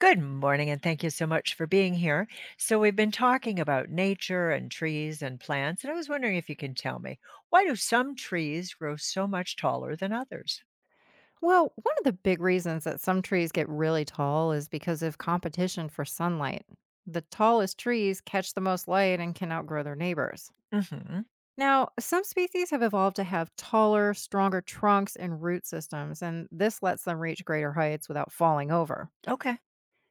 Good morning, and thank you so much for being here. So, we've been talking about nature and trees and plants, and I was wondering if you can tell me, why do some trees grow so much taller than others? Well, one of the big reasons that some trees get really tall is because of competition for sunlight. The tallest trees catch the most light and can outgrow their neighbors. Hmm. Now, some species have evolved to have taller, stronger trunks and root systems, and this lets them reach greater heights without falling over. Okay.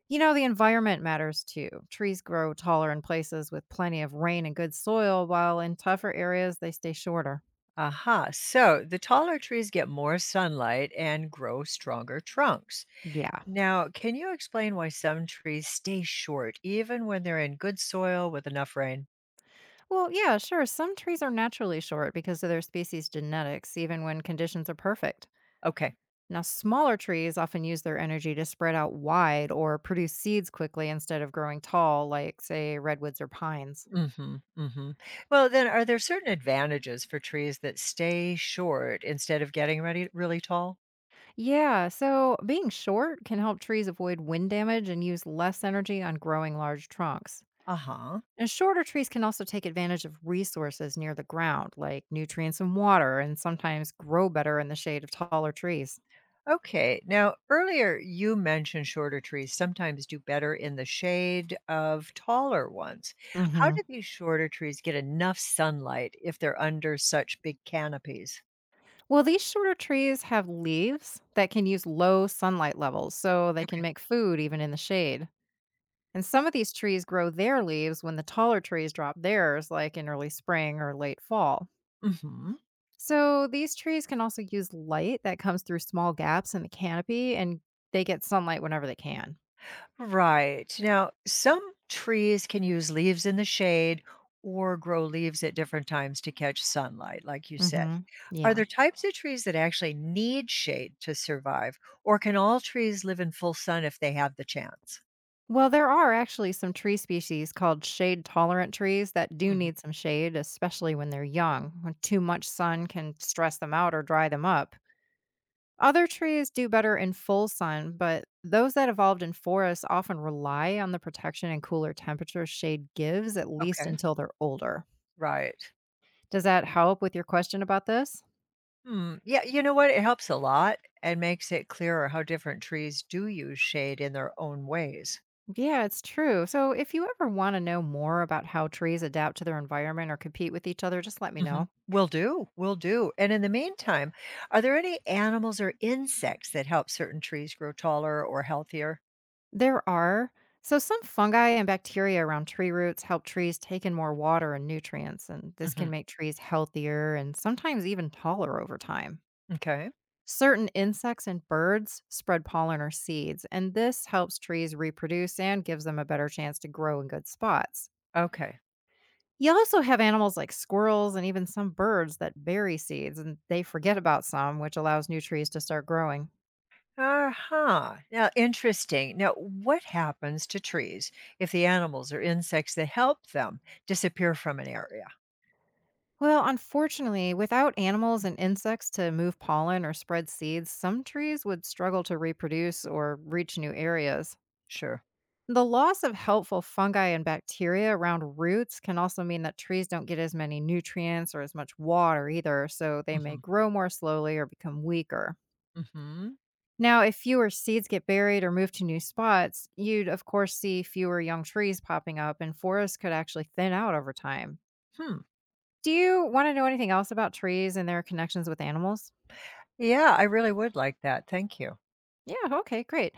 You know, the environment matters too. Trees grow taller in places with plenty of rain and good soil, while in tougher areas, they stay shorter. Aha. So, the taller trees get more sunlight and grow stronger trunks. Yeah. Now, can you explain why some trees stay short even when they're in good soil with enough rain? Well, yeah, sure. Some trees are naturally short because of their species genetics, even when conditions are perfect. Okay. Now, smaller trees often use their energy to spread out wide or produce seeds quickly instead of growing tall, like, say, redwoods or pines. Mhm, mhm. Well, then, are there certain advantages for trees that stay short instead of getting ready really tall? Yeah, so being short can help trees avoid wind damage and use less energy on growing large trunks. Uh-huh. And shorter trees can also take advantage of resources near the ground, like nutrients and water, and sometimes grow better in the shade of taller trees. Okay. Now, earlier you mentioned shorter trees sometimes do better in the shade of taller ones. How do Hmm. these shorter trees get enough sunlight if they're under such big canopies? Well, these shorter trees have leaves that can use low sunlight levels, so they can Okay. make food even in the shade. And some of these trees grow their leaves when the taller trees drop theirs, like in early spring or late fall. Mhm. So these trees can also use light that comes through small gaps in the canopy, and they get sunlight whenever they can. Right. Now, some trees can use leaves in the shade or grow leaves at different times to catch sunlight, like you said. Hmm. Are Yeah. there types of trees that actually need shade to survive, or can all trees live in full sun if they have the chance? Well, there are actually some tree species called shade tolerant trees that do need Hmm. some shade, especially when they're young, when too much sun can stress them out or dry them up. Other trees do better in full sun, but those that evolved in forests often rely on the protection and cooler temperatures shade gives, at least Okay. until they're older. Right. Does that help with your question about this? Hmm. Yeah, you know what? It helps a lot and makes it clearer how different trees do use shade in their own ways. Yeah, it's true. So if you ever want to know more about how trees adapt to their environment or compete with each other, just let me Mhm. know. Will do, will do. And in the meantime, are there any animals or insects that help certain trees grow taller or healthier? There are. So some fungi and bacteria around tree roots help trees take in more water and nutrients, and this can Mhm. make trees healthier and sometimes even taller over time. Okay. Certain insects and birds spread pollen or seeds, and this helps trees reproduce and gives them a better chance to grow in good spots. Okay. You also have animals like squirrels and even some birds that bury seeds and they forget about some, which allows new trees to start growing. Uh-huh. Now, interesting. Now, what happens to trees if the animals or insects that help them disappear from an area? Well, unfortunately, without animals and Mhm. insects to move pollen or spread seeds, some trees would struggle to reproduce or reach new areas. Sure. The loss of helpful fungi and bacteria around roots can also mean that trees don't get as many nutrients or as much water either, so they may Mhm. grow more slowly or become weaker. Mhm. Now, if fewer seeds get buried or move to new spots, you'd of course see fewer young trees popping up, and forests could actually thin out over time. Hmm. Do you want to know anything else about trees and their connections with animals? Yeah, I really would like that. Thank you. Yeah, okay, great.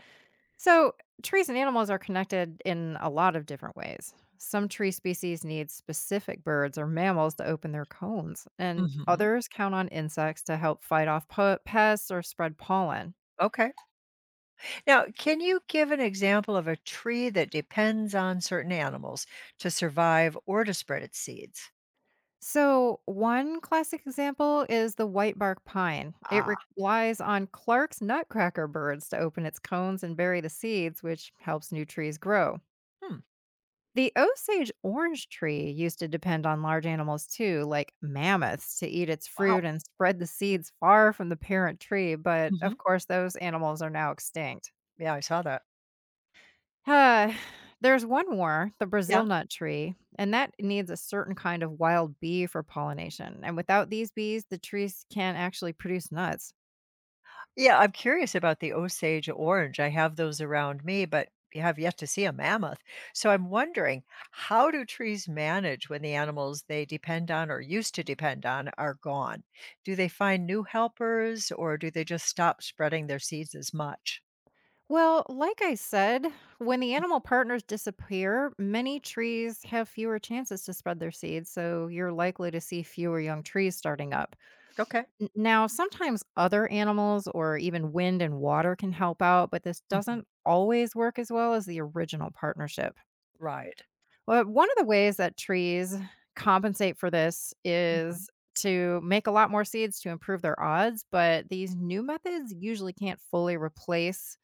So, trees and animals are connected in a lot of different ways. Some tree species need specific birds or mammals to open their cones, and Mhm. others count on insects to help fight off pests or spread pollen. Okay. Now, can you give an example of a tree that depends on certain animals to survive or to spread its seeds? So, one classic example is the white bark pine. It Ah, relies on Clark's nutcracker birds to open its cones and bury the seeds, which helps new trees grow. hmm, The Osage orange tree used to depend on large animals too, like mammoths, to eat its wow. fruit and spread the seeds far from the parent tree, but Hmm. of course, those animals are now extinct. Yeah, I saw that. Uh, there's one more, the Yeah. Brazil nut tree, and that needs a certain kind of wild bee for pollination. And without these bees, the trees can't actually produce nuts. Yeah, I'm curious about the Osage orange. I have those around me, but you have yet to see a mammoth. So I'm wondering, how do trees manage when the animals they depend on or used to depend on are gone? Do they find new helpers, or do they just stop spreading their seeds as much? Well, like I said, when the animal partners disappear, many trees have fewer chances to spread their seeds, so you're likely to see fewer young trees starting up. Okay. Now, sometimes other animals or even wind and water can help out, but this Hmm. doesn't always work as well as the original partnership. Right. Well, one of the ways that trees compensate for this Mhm. is to make a lot more seeds to improve their odds, but these new methods usually can't fully replace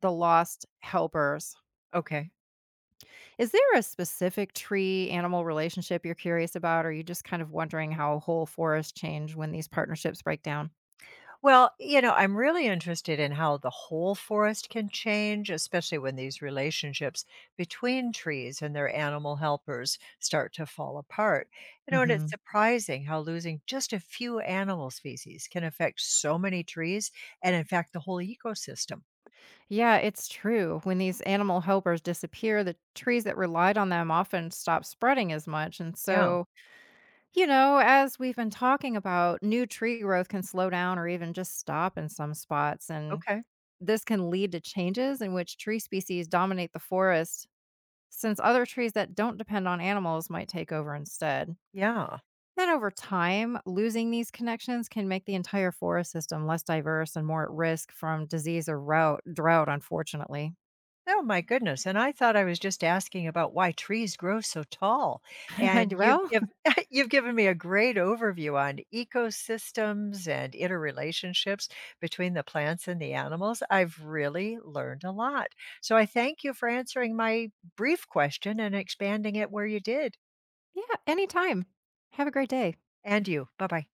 the lost helpers. Okay. Is there a specific tree animal relationship you're curious about, or are you just kind of wondering how whole forests change when these partnerships break down? Well, I'm really interested in how the whole forest can change, especially when these relationships between trees and their animal helpers start to fall apart. And it's Hmm. surprising how losing just a few animal species can affect so many trees and, in fact, the whole ecosystem. Yeah, it's true. When these animal helpers disappear, the trees that relied on them often stop spreading as much. And Yeah. so, you know, as we've been talking about, new tree growth can slow down or even just stop in some spots. And Okay. this can lead to changes in which tree species dominate the forest, since other trees that don't depend on animals might take over instead. Yeah. Then, over time, losing these connections can make the entire forest system less diverse and more at risk from disease or route, drought, unfortunately. Oh my goodness, and I thought I was just asking about why trees grow so tall, And and you've well, give you've given me a great overview on ecosystems and interrelationships between the plants and the animals. I've really learned a lot. So I thank you for answering my brief question and expanding it where you did. yeah, anytime. Have a great day. And you. Bye-bye.